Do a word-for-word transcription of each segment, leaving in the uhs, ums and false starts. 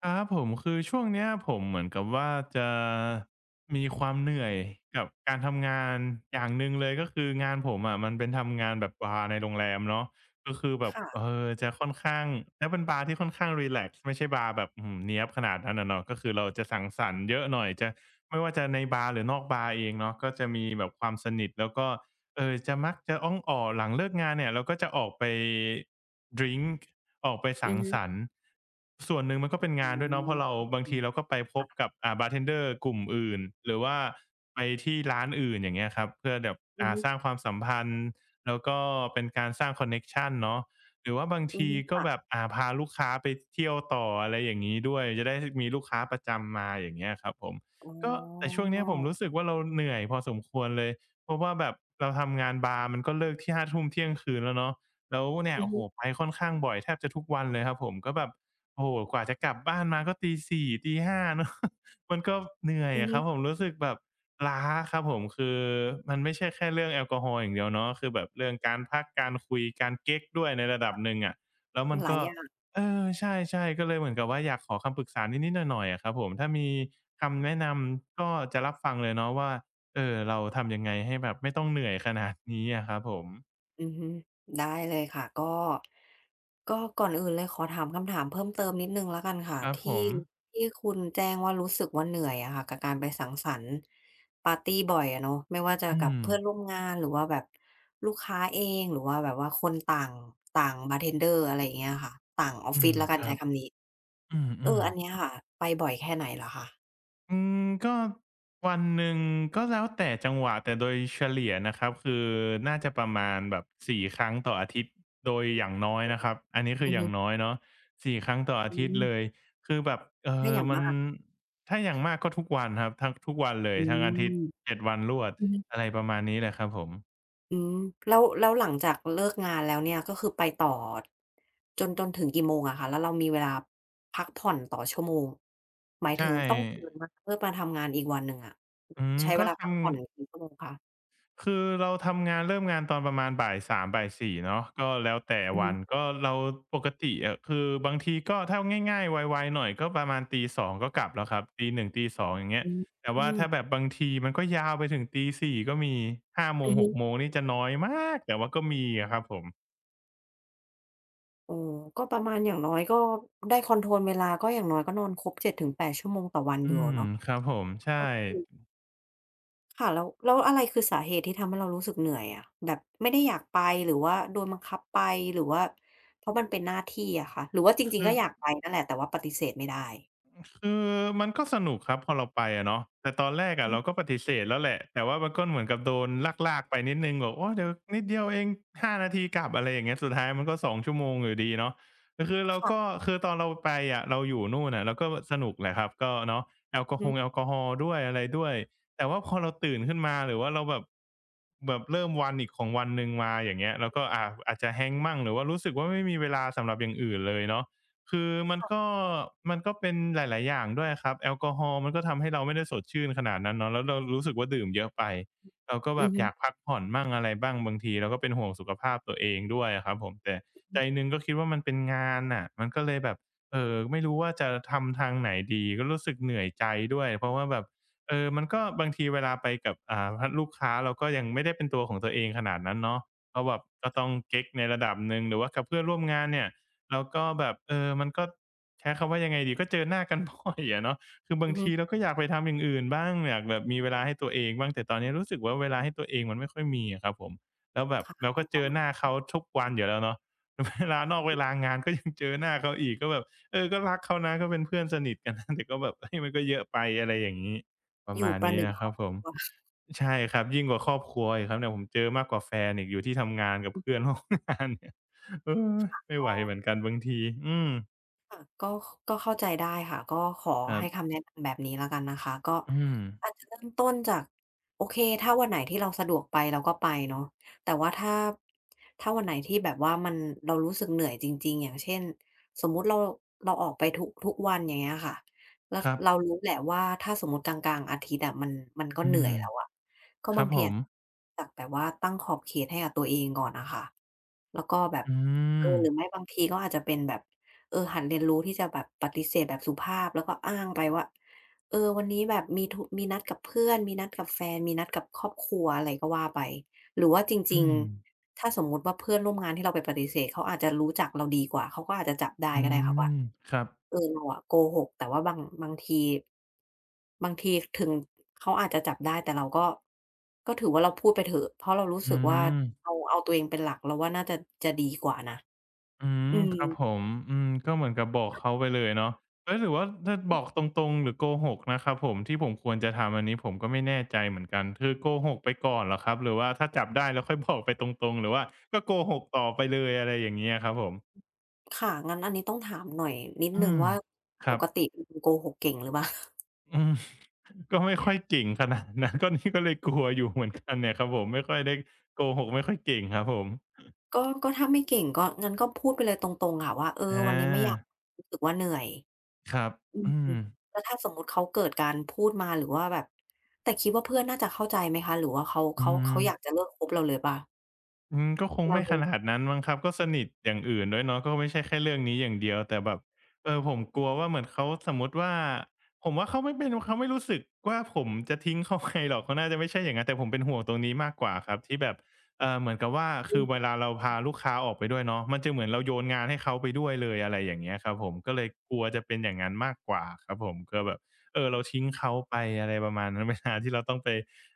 ครับผมคือช่วงเนี้ยผมเหมือนกับว่าจะมีความเหนื่อยกับการทำงานอย่างหนึ่งเลยก็คืองานผมอะมันเป็นทำงานแบบบาร์ในโรงแรมเนาะก็คือแบบเอค่ะอจะค่อนข้างแล้วเป็นบาร์ที่ค่อนข้างรีแลกซ์ไม่ใช่บาร์แบบอื้อฮือเนี๊ยบขนาดนั้นอะเนาะก็คือเราจะสังสรรค์เยอะหน่อยจะไม่ว่าจะในบาร์หรือนอกบาร์เองเนาะก็จะมีแบบความสนิทแล้วก็ เออจะมักจะอ้องอ่อหลังเลิกงานเนี่ยเราก็จะออกไปดริงก์ออกไปอืสัองฮึสรรค์ส่วนหนึ่งมันก็เป็นอืงานด้วยเนาะเพราะเรามบางทีเราก็ไปพบกับอ่าบาร์เทนเดอร์กลุ่มอื่นหรือว่าไปที่ร้านอื่นอย่างเงี้ยครับเพื่อแบบอืออ่าฮึสร้างความสัมพันธ์แล้วก็เป็นการสร้างคอนเน็กชันเนาะหรือว่าบางอือทีฮึก็แบค่ะบอ่าพาลูกค้าไปเที่ยวต่ออะไรอย่างงี้ด้วยจะได้มีลูกค้าประจำมาอย่างเงี้ยครับผมอ๋ก็แต่อช่วงเนี้ยผมรู้สึกว่าเราเหนื่อยพอสมควรเลย เพราะว่าแบบเราทำงานบาร์มันก็เลิกที่ห้าเที่ยงคืนแล้วเนาะแล้วเนี่ยอือโอ้โฮฮึไปค่อนข้างบ่อยแทบจะทุกวันเลยครับผมก็แบบโอ้โฮกว่าจะกลับบ้านมาก็ตีสี่ตีห้าเนาะ มันก็เหนื่อยอืออะคฮึรับผมรู้สึกแบบล้าครับผมคือมันไม่ใช่แค่เรื่องแอลกอฮอล์อย่างเดียวเนาะคือแบบเรื่องการพักการคุยการเก๊กด้วยในระดับหนึ่งอะแล้วมันหลายก็อย่างเออใช่ๆก็เลยเหมือนกับว่าอยากขอคำปรึกษานิดๆหน่อยๆอะครับผมถ้ามีคำแนะนำก็จะรับฟังเลยเนาะว่า เออเราทำยังไงให้แบบไม่ต้องเหนื่อยขนาดนี้อะครับผมอือฮึได้เลยค่ะก็ก็ก่อนอื่นเลยขอถามคำถามเพิ่มเติมนิดหนึ่งแล้วกันค่ะครับผที่มที่คุณแจ้งว่ารู้สึกว่าเหนื่อยอะค่ะกับการไปสังสรรค์ปาร์ตีบ่อยอะเนาะไม่ว่าจะอืกับมเพื่อนร่วมงานหรือว่าแบบลูกค้าเองหรือว่าแบบว่าคนต่างต่างบาร์เทนเดอร์อะไรอย่างเงี้ยค่ะต่างออฟอืฟิศมแล้วกัคนรัใช้บคำนี้อืเออมอันๆเนี้ยค่ะไปบ่อยแค่ไหนเหรอคะอืมก็วันหนึ่งก็แล้วแต่จังหวะแต่โดยเฉลี่ยนะครับคือน่าจะประมาณแบบสี่ครั้งต่ออาทิตย์โดยอย่างน้อยนะครับอันนี้คือือออฮึ ย่างน้อยเนาะสี่ครั้งต่ออาอืทิตย์เลยมคือแบบเอถ้าออย่างมันมากถ้าอย่างมากก็ทุกวันครับทั้งทุกวันเลยอืทั้งอาทิตย์มเจ็ดวันรวดอือฮึอะไรประมาณนี้แหละครับผมอืมแล้วแล้วหลังจากเลิกงานแล้วเนี่ยก็คือไปต่อจนจนถึงกี่โมงอะคะแล้วเรามีเวลาพักผ่อนต่อชั่วโมงหมายใช่ถึงต้องตื่นมาเพื่อมาทำงานอีกวันหนึ่งอะอืมใช้เวก็ลาพัทำ กผ่อนกี่ชั่วโมงคะคือเราทำงานเริ่มงานตอนประมาณบ่ายสามบ่ายสี่เนาะก็แล้วแต่อือฮึวันก็เราปกติอะคือบางทีก็ถ้าง่ายๆไวๆหน่อยก็ประมาณตีสองก็กลับแล้วครับตีหนึ่งตีสององอย่างเงี้อืยมแต่อืว่ามถ้าแบบบางทีมันก็ยาวไปถึงตีสี่ก็มีห้าโมอืงอฮึหกโมงนี่จะน้อยมากแต่ว่าก็มีอะครับผมโอ้ก็ประมาณอย่างน้อยก็ได้คอนโทรลเวลาก็อย่างน้อยก็นอนครบเจ็ดถึงแปดชั่วโมงต่อวันอือยู่มอะเนาะ ครับผมใช่ค่ะแล้วแล้วอะไรคือสาเหตุที่ทำให้เรารู้สึกเหนื่อยอะแบบไม่ได้อยากไปหรือว่าโดนบังคับไปหรือว่าเพราะมันเป็นหน้าที่อะคะหรือว่าจริงๆคือ ก็อยากไปนั่นแหละแต่ว่าปฏิเสธไม่ได้คือมันก็สนุกครับพอเราไปอะเนาะแต่ตอนแรกอะอืเรามก็ปฏิเสธแล้วแหละแต่ว่ามันก็เหมือนกับโดนลากๆไปนิดหนึ่งบอกโอ้เดี๋ยวนิดเดียวเองห้านาทีกลับอะไรอย่างเงี้ยสุดท้ายมันก็สองชั่วโมงอยู่ดีเนาะก็คือเราก็ค่ะคือตอนเราไปอะเราอยู่นู่นน่ะเราก็สนุกแหละครับก็เนาะแอลอืกออฮงแอฮึลกอฮอล์ด้วยอะไรด้วยแต่ว่าพอเราตื่นขึ้นมาหรือว่าเราแบบแบบเริ่มวันอีกของวันหนึ่งมาอย่างเงี้ยเราก็อ่าอาจจะ Hang มั่งหรือว่ารู้สึกว่าไม่มีเวลาสำหรับอย่างอื่นเลยเนาะ คือมันก็มันก็เป็นหลายๆ อย่างด้วยครับแอลกอฮอล์มันก็ทำให้เราไม่ได้สดชื่นขนาดนั้นเนาะแล้วเรารู้สึกว่าดื่มเยอะไปเราก็อืแบอบฮึอยากพักผ่อนบ้างอะไรบ้างบางทีเราก็เป็นห่วงสุขภาพตัวเองด้วยอะครับผมแต่ใจหนึ่งก็คิดว่ามันเป็นงานน่ะมันก็เลยแบบเอ่อไม่รู้ว่าจะทำทางไหนดีก็รู้สึกเหนื่อยใจด้วยเพราะว่าแบบเออมันก็บางทีเวลาไปกับอ่าพลูกค้าเราก็ยังไม่ได้เป็นตัวของตัวเองขนาดนั้นเนาะก็แบบก็ต้องเก๊กในระดับหนึ่งหรือว่ากับเพื่อนร่วมงานเนี่ย แล้วก็แบบเออมันก็ใช้คำว่ายังไงดีก็เจอหน้ากันบ่อยอะเนาะ คือบาอืงอฮึทีเราก็อยากไปทำอย่างอื่นบ้างอยากแบบมีเวลาให้ตัวเองบ้างแต่ตอนนี้รู้สึกว่าเวลาให้ตัวเองมันไม่ค่อยมีอะครับผมแล้วแบบค่เราะก็เจอหน้าเขาทุกวันอยู่แล้วเนาะ เวลานอกเวลางานก็ยังเจอหน้าเขาอีกก็แบบเออก็รักเขานะก็เป็นเพื่อนสนิทกันนะ แต่ก็แบบเฮ้ยมันก็เยอะไปอะไรอย่างงี้ประอยู่มาณประหนี้นึ่งนะคครอรับบผคมรัวใช่ครับยิ่งกว่าครอบครัวอีกครับเนี่ยผมเจอมากกว่าแฟนอีกอยู่ที่ทำงานกับเพื่อน ร่วมงานเนี่ย เออไม่ไหวเออ เหมือนกันบางทีอืมค่ะก็ก็เข้าใจได้ค่ะก็ขอครัให้บคำแนะนำแบบนี้แล้วกันนะคะก็อืมอาจจะเริ่มต้นจากโอเคถ้าวันไหนที่เราสะดวกไปเราก็ไปเนาะแต่ว่าถ้าถ้าวันไหนที่แบบว่ามันเรารู้สึกเหนื่อยจริงๆอย่างเช่นสมมุติเราเราออกไปทุกทุกวันอย่างเงี้ยค่ะแล้วครับเรารู้แหละว่าถ้าสมมุติกลางๆอาทิตย์อะมันมันก็อืเหนื่อมยแล้วอะก็ครับาบงผทีอามจจากแบบว่าตั้งขอบเขตให้กับตัวเองก่อนอะค่ะแล้วก็แบบอืเอมอหรือไม่บางทีก็อาจจะเป็นแบบ เออหัดเรียนรู้ที่จะแบบปฏิเสธแบบสุภาพแล้วก็อ้างไปว่าเออวันนี้แบบมีธุมีนัดกับเพื่อนมีนัดกับแฟนมีนัดกับครอบครัวอะไรก็ว่าไปหรือว่าจริอืงมๆถ้าสมมุติว่าเพื่อนร่วมงานที่เราไปปฏิเสธเขาอาจจะรู้จักเราดีกว่าเขาก็อาจจะจับได้อืก็ได้ค่ะว่ามครับเออเราอะโกหกแต่ว่าบางบางทีบางทีถึงเขาอาจจะจับได้แต่เราก็ก็ถือว่าเราพูดไปเถอะเพราะเรารู้สึอืกว่ามเอาเอาตัวเองเป็นหลักเราว่าน่าจะจะดีกว่านะอืมอืม ครับผมอืมก็เหมือนกับบอกเขาไปเลยเนาะเฮ้ยหรือว่าจะบอกตรงๆหรือโกหกนะครับผมที่ผมควรจะทำอันนี้ผมก็ไม่แน่ใจเหมือนกันคือโกหกไปก่อนเหรอครับหรือว่าถ้าจับได้แล้วค่อยบอกไปตรงๆหรือว่าก็โกหกต่อไปเลยอะไรอย่างเงี้ยครับผมค่ะงั้นอันนี้ต้องถามหน่อยนิดอืหนึ่งมว่าคปรับกติเป็นคนโกหกเก่งหรือเปล่า อืม ก็ไม่ค่อยเก่งขนาดนั้น ก็นี่ก็เลยกลัวอยู่เหมือนกันเนี่ยครับผมไม่ค่อยได้โกหกไม่ค่อยเก่งครับผมก็ก็ถ้าไม่เก่งก็งั้นก็พูดไปเลยตรงๆค่ะว่าเอออาวันนี้ไม่อยากรู้สึกว่าเหนื่อยครับอืมอืมแล้วถ้าสมมุติเขาเกิดการพูดมาหรือว่าแบบแต่คิดว่าเพื่อนน่าจะเข้าใจไหมคะหรือว่าเขาอืเขาเขาอยากม จะเลิกคบเราเลยเปล่าอืมก็คงไม่ขแ้ นาดนั้นมั้งครับก็สนิทอย่างอื่นด้วยเนาะก็ไม่ใช่แค่เรื่องนี้อย่างเดียวแต่แบบเออผมกลัวว่าเหมือนเขาสมมุติว่าผมว่าเขาไม่เป็นเขาไม่รู้สึกว่าผมจะทิ้งเขาไปหรอกเขาน่าจะไม่ใช่อย่างงั้นแต่ผมเป็นห่วงตรงนี้มากกว่าครับที่แบบเอ่อเหมือนกับว่าคือเวลาเราพาลูกค้าออกไปด้วยเนาะมันจะเหมือนเราโยนงานให้เขาไปด้วยเลยอะไรอย่างเงี้ยครับผมก็เลยกลัวจะเป็นอย่างนั้นมากกว่าครับผมก็แบบเออเราทิ้งเขาไปอะไรประมาณนั้น เวลาที่เราต้องไป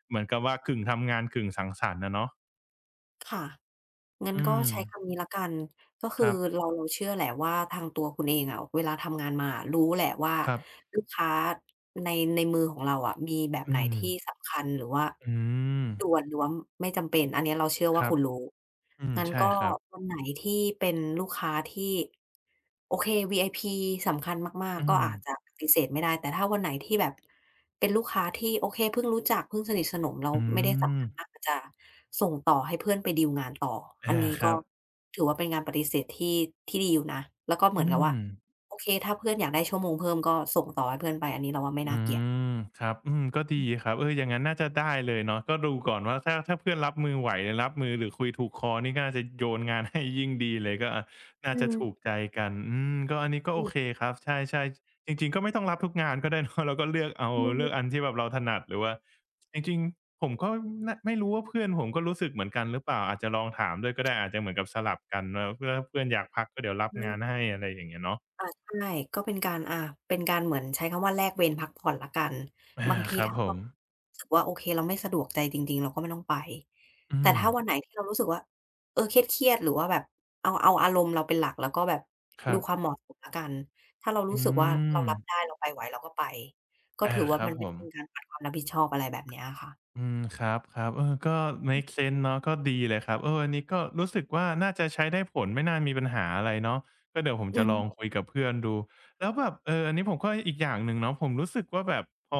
เหมือนกับว่ากึ่งทำงานกึ่งสังสรรค์อะเนาะค่ะงั้นอืก็ม ใช้คำนี้ละกันก็คืคอรับ เราเราเชื่อแหละว่าทางตัวคุณเองอะเวลาทำงานมาอะรู้แหละว่าครับลูกค้าในในมือของเราอะมีแบบไหอืนมที่สำคัญหรือว่าอืมด่วนหรือว่าไม่จำเป็นอันเนี้ยเราเชื่อคว่ารัคุบณรู้อืมงั้นใช่ก็ครับวันไหนที่เป็นลูกค้าที่ โอเค วี ไอ พี สำคัญมากอืๆก็มอาจจะปฏิเสธไม่ได้แต่ถ้าวันไหนที่แบบเป็นลูกค้าที่โอเคเพิ่งรู้จักเพิ่งสนิทสนมแล้วอืไม่ได้สำมคัญมากก็จะส่งต่อให้เพื่อนไปดีลงานต่ออันอานี้คก็รับถือว่าเป็นการปฏิเสธที่ที่ดีอยู่นะแล้วก็เหมืออืนกับว่าม โอเคถ้าเพื่อนอยากได้ชั่วโมงเพิ่มก็ส่งต่อให้เพื่อนไปอันนี้เราว่าไม่น่าอืเกลียดมครับอืมก็ดีครับเอออย่างงั้นน่าจะได้เลยเนาะก็ดูก่อนว่าถ้าถ้าเพื่อนรับมือไหวรับมือหรือคุยถูกคอนี่ก็น่าจะโยนงานให้ยิ่งดีเลยก็อะน่าอืจะถูกมใจกันอืมก็อันนี้ก็มัโอนเคแบครับใช่ๆจริงๆก็ไม่ต้องรับทุกงานก็ได้เนาะ เราก็เลือกเอาบอืมเลือกอันที่แบบเราถนัดหรือว่าจริงๆผมก็นไม่รู้ว่าเพื่อนผมก็รู้สึกเหมือนกันหรือเปล่าอาจจะลองถามด้วยก็ได้อาจจะเหมือนกับสลับกันเนาเพื่อถ้าเพื่อนอยากพักก็เดี๋ยวรับงานอา ให้อะไรอย่างเงี้ยเนาะใช่ก็เป็นการอ่าเป็นการเหมือนใช้คำว่าแลกเวรพักผ่อนแล้วกันอาบางทีครับถ้าผเรามรู้สึกว่าโอเคเราไม่สะดวกใจจริงๆเราก็ไม่ต้องไปอืแต่มถ้าวันไหนที่เรารู้สึกว่าเออเครียดๆหรือว่าแบบเอาเอาอารมณ์เราเป็นหลักแล้วก็แบบคดูรับ ความเหมาะสมแล้วกันถ้าเรารู้อืสึกว่าเรามรับได้เราไปไหวเราก็ไปก็อาถือคว่ารัมับนไม่ผได้ม เป็นการขาดความรับผิดชอบอะไรแบบเนี้ยอะค่ะอืมครับๆเออก็เมกเซนเนาะก็ดีเลยครับเอออันนี้ก็รู้สึกว่าน่าจะใช้ได้ผลไม่น่ามีปัญหาอะไรเนาะก็เดี๋ยวผมอืจะอลฮึองคุยกับเพื่อนดูแล้วแบบเอออันนี้ผมก็อีกอย่างหนึ่งเนาะผมรู้สึกว่าแบบพอ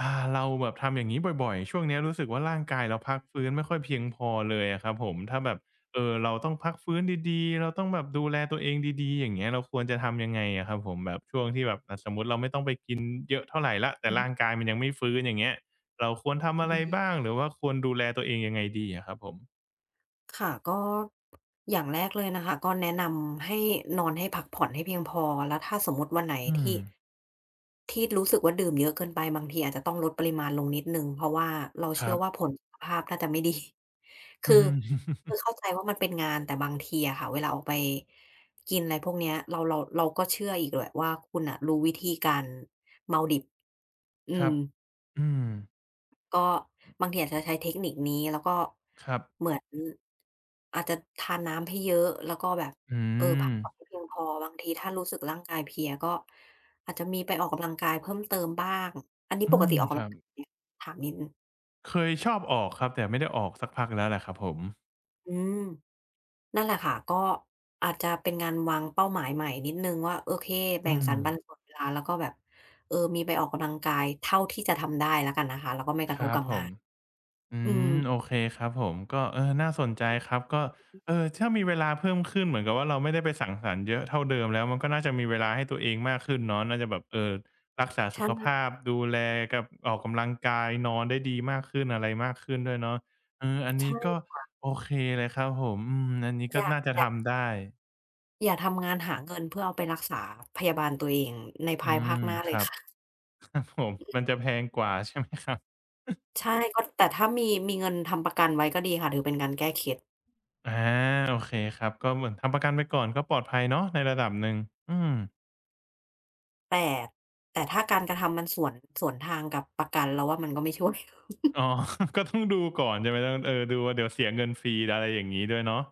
อ่าเราแบบทำอย่างงี้บ่อยๆช่วงเนี้ยรู้สึกว่าร่างกายเราพักฟื้นไม่ค่อยเพียงพอเลยอะครับผมถ้าแบบเออเราต้องพักฟื้นดีๆเราต้องแบบดูแลตัวเองดีๆอย่างเงี้ยเราควรจะทำยังไงอะครับผมแบบช่วงที่แบบอะสมมุติเราไม่ต้องไปกินเยอะเท่าไรแล้วแต่อืร่างอกายมันยังไม่ฟื้นอย่างเงี้ย เราควรทำอืออะไรฮึบ้างหรือว่าควรดูแลตัวเองยังไงดีอะครับผมค่ะก็อย่างแรกเลยนะคะก็แนะนำให้นอนให้พักผ่อนให้เพียงพอแล้วถ้าสมมุติวันไหนอืมที่ ที่รู้สึกว่าดื่มเยอะเกินไปบางทีอาจจะต้องลดปริมาณลงนิดหนึ่งเพราะว่าเราคเชื่รัอว่าผบลสุขภาพน่าจะไม่ดี อืคืออฮึ คือเข้าใจว่ามันเป็นงานแต่บางทีอะค่ะเวลาออกไปกินอะไรพวกเนี้ยเราเราเราก็เชื่ออีกแหละว่าคุณน่ะรู้วิธีการเมาดิบอื คม รับอืมก็บางทีอาจจะใช้เทคนิคนี้แล้วก็ครับเหมือนอาจจะทานน้ำให้เยอะแล้วก็แบบอืเออพักมผ่อนให้เพียงพอบางทีถ้ารู้สึกร่างกายเพลียก็อาจจะมีไปออกกำลังกายเพิ่มเติมบ้างอันนี้อืปกมติออกคกำลัรังบ กายไหมถามนิดหนึ่งเคยชอบออกครับแต่ไม่ได้ออกสักพักแล้วแหละครับผมอืมนั่นแหละค่ะก็อาจจะเป็นการวางเป้าหมายใหม่นิดหนึ่งว่าโอเคแบ่อืงสมรรปันส่วนเวลาแล้วก็แบบเออมีไปออกกำลังกายเท่าที่จะทำได้แล้วกันนะคะแล้วก็ไม่กคระทบรับกับผงาม นอือืมมโอเคครับผมก็เออน่าสนใจครับก็เออถ้ามีเวลาเพิ่มขึ้นเหมือนกับว่าเราไม่ได้ไปสังสรรค์เยอะเท่าเดิมแล้วมันก็น่าจะมีเวลาให้ตัวเองมากขึ้นเนาะน่าจะแบบเอ่อรักษาสุใช่ขภาพดูแลกับออกกำลังกายนอนได้ดีมากขึ้นอะไรมากขึ้นด้วยเนาะเอออันนี้ใช่ก็โอเคเลยครับผมอืมอันนี้อก็ยากน่าจะอยาก ทำได้อย่าทำงานหาเงินเพื่อเอาไปรักษาพยาบาลตัวเองในอืภายภามคหน้าเลคยรับค่ะผม มันจะแพงกว่าใช่ไหมครับใช่ก็แต่ถ้ามีมีเงินทำประกันไว้ก็ดีค่ะถือเป็นการแก้เคล็ดอาโอเคครับก็เหมือนทำประกันไปก่อนก็ปลอดภัยเนาะในระดับหนึ่งอืม แต่แต่ถ้าการกระทำมันสวนสวนทางกับประกันเราว่ามันก็ไม่ ช่วยอ๋อ ก็ต้องดูก่อนใช่ไหมต้องเออดูว่าเดี๋ยวเสียเงินฟรีอะไรอย่างนี้ด้วยเนาะ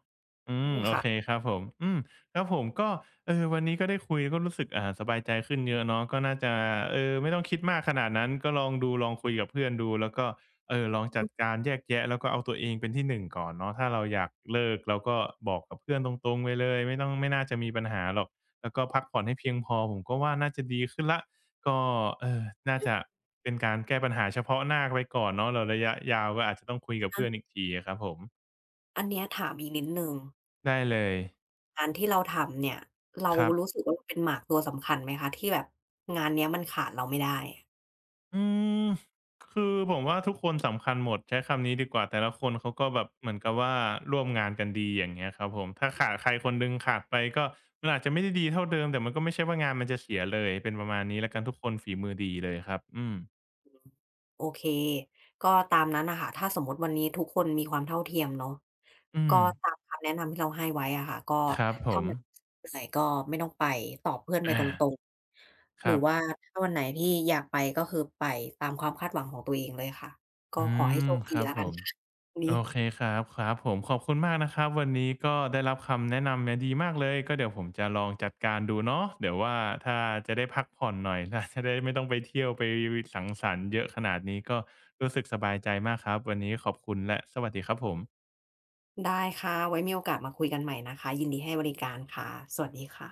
อืใช่มโอค่ะเคครับผมอืมครับผมก็เออวันนี้ก็ได้คุยก็รู้สึกอ่าสบายใจขึ้นเยอะเนาะก็น่าจะเออไม่ต้องคิดมากขนาดนั้น ก็ลองดูลองคุยกับเพื่อนดูแล้วก็เออลองจัดการแยกแยะ แล้วก็เอาตัวเองเป็นที่หนึ่งก่อนเนาะถ้าเราอยากเลิกเราก็บอกกับเพื่อนตรงๆไปเลย ไม่ต้องไม่น่าจะมีปัญหาหรอกแล้วก็พักผ่อนให้เพียงพอผมก็ว่าน่าจะดีขึ้นละ ก็เออน่าจะเป็นการแก้ปัญหาเฉพาะหน้าไปก่อนเนาะแล้วระยะยาวก็อาจจะต้องคุยกับเพื่อนอีกทีอะครับผมอันเนี้ยถามอีกนิดหนึ่งได้เลยงานที่เราทำเนี่ยเราครัรู้บสึกว่าเราเป็นหมากตัวสำคัญไหมคะที่แบบงานเนี้ยมันขาดเราไม่ได้ อืมคือผมว่าทุกคนสำคัญหมดใช้คำนี้ดีกว่า แต่ละคนเขาก็แบบเหมือนกับว่าร่วมงานกันดีอย่างเงี้ยครับผมถ้าขาดใครคนหนึ่งขาดไปก็มันอาจจะไม่ได้ดีเท่าเดิมแต่มันก็ไม่ใช่ว่างานมันจะเสียเลย เป็นประมาณนี้แล้วกันทุกคนฝีมือดีเลยครับอืมโอเคก็ตามนั้นน่ะค่ะถ้าสมมุติวันนี้ทุกคนมีความเท่าเทียมเนาะอืก็มตามคำแนะนำที่เราให้ไว้อะค่ะก็ครับผถ้ามมันเหนื่อยก็ไม่ต้องไปตอบเพื่อนไปอาตรงๆหครือรับว่าถ้าวันไหนที่อยากไปก็คือไปตามความคาดหวังของตัวเองเลยค่ะก็อืขอให้มโชคคดีรับแล้วผกันม ค่ะวันโอนี้เคครับครับผมขอบคุณมากนะครับวันนี้ก็ได้รับคำแนะนำเนี่ยดีมากเลยก็เดี๋ยวผมจะลองจัดการดูเนาะเดี๋ยวว่าถ้าจะได้พักผ่อนหน่อยถ้าจะได้ไม่ต้องไปเที่ยวไปสังสรรค์เยอะขนาดนี้ก็รู้สึกสบายใจมากครับวันนี้ขอบคุณและสวัสดีครับผมได้ค่ะไว้มีโอกาสมาคุยกันใหม่นะคะยินดีให้บริการค่ะสวัสดีค่ะ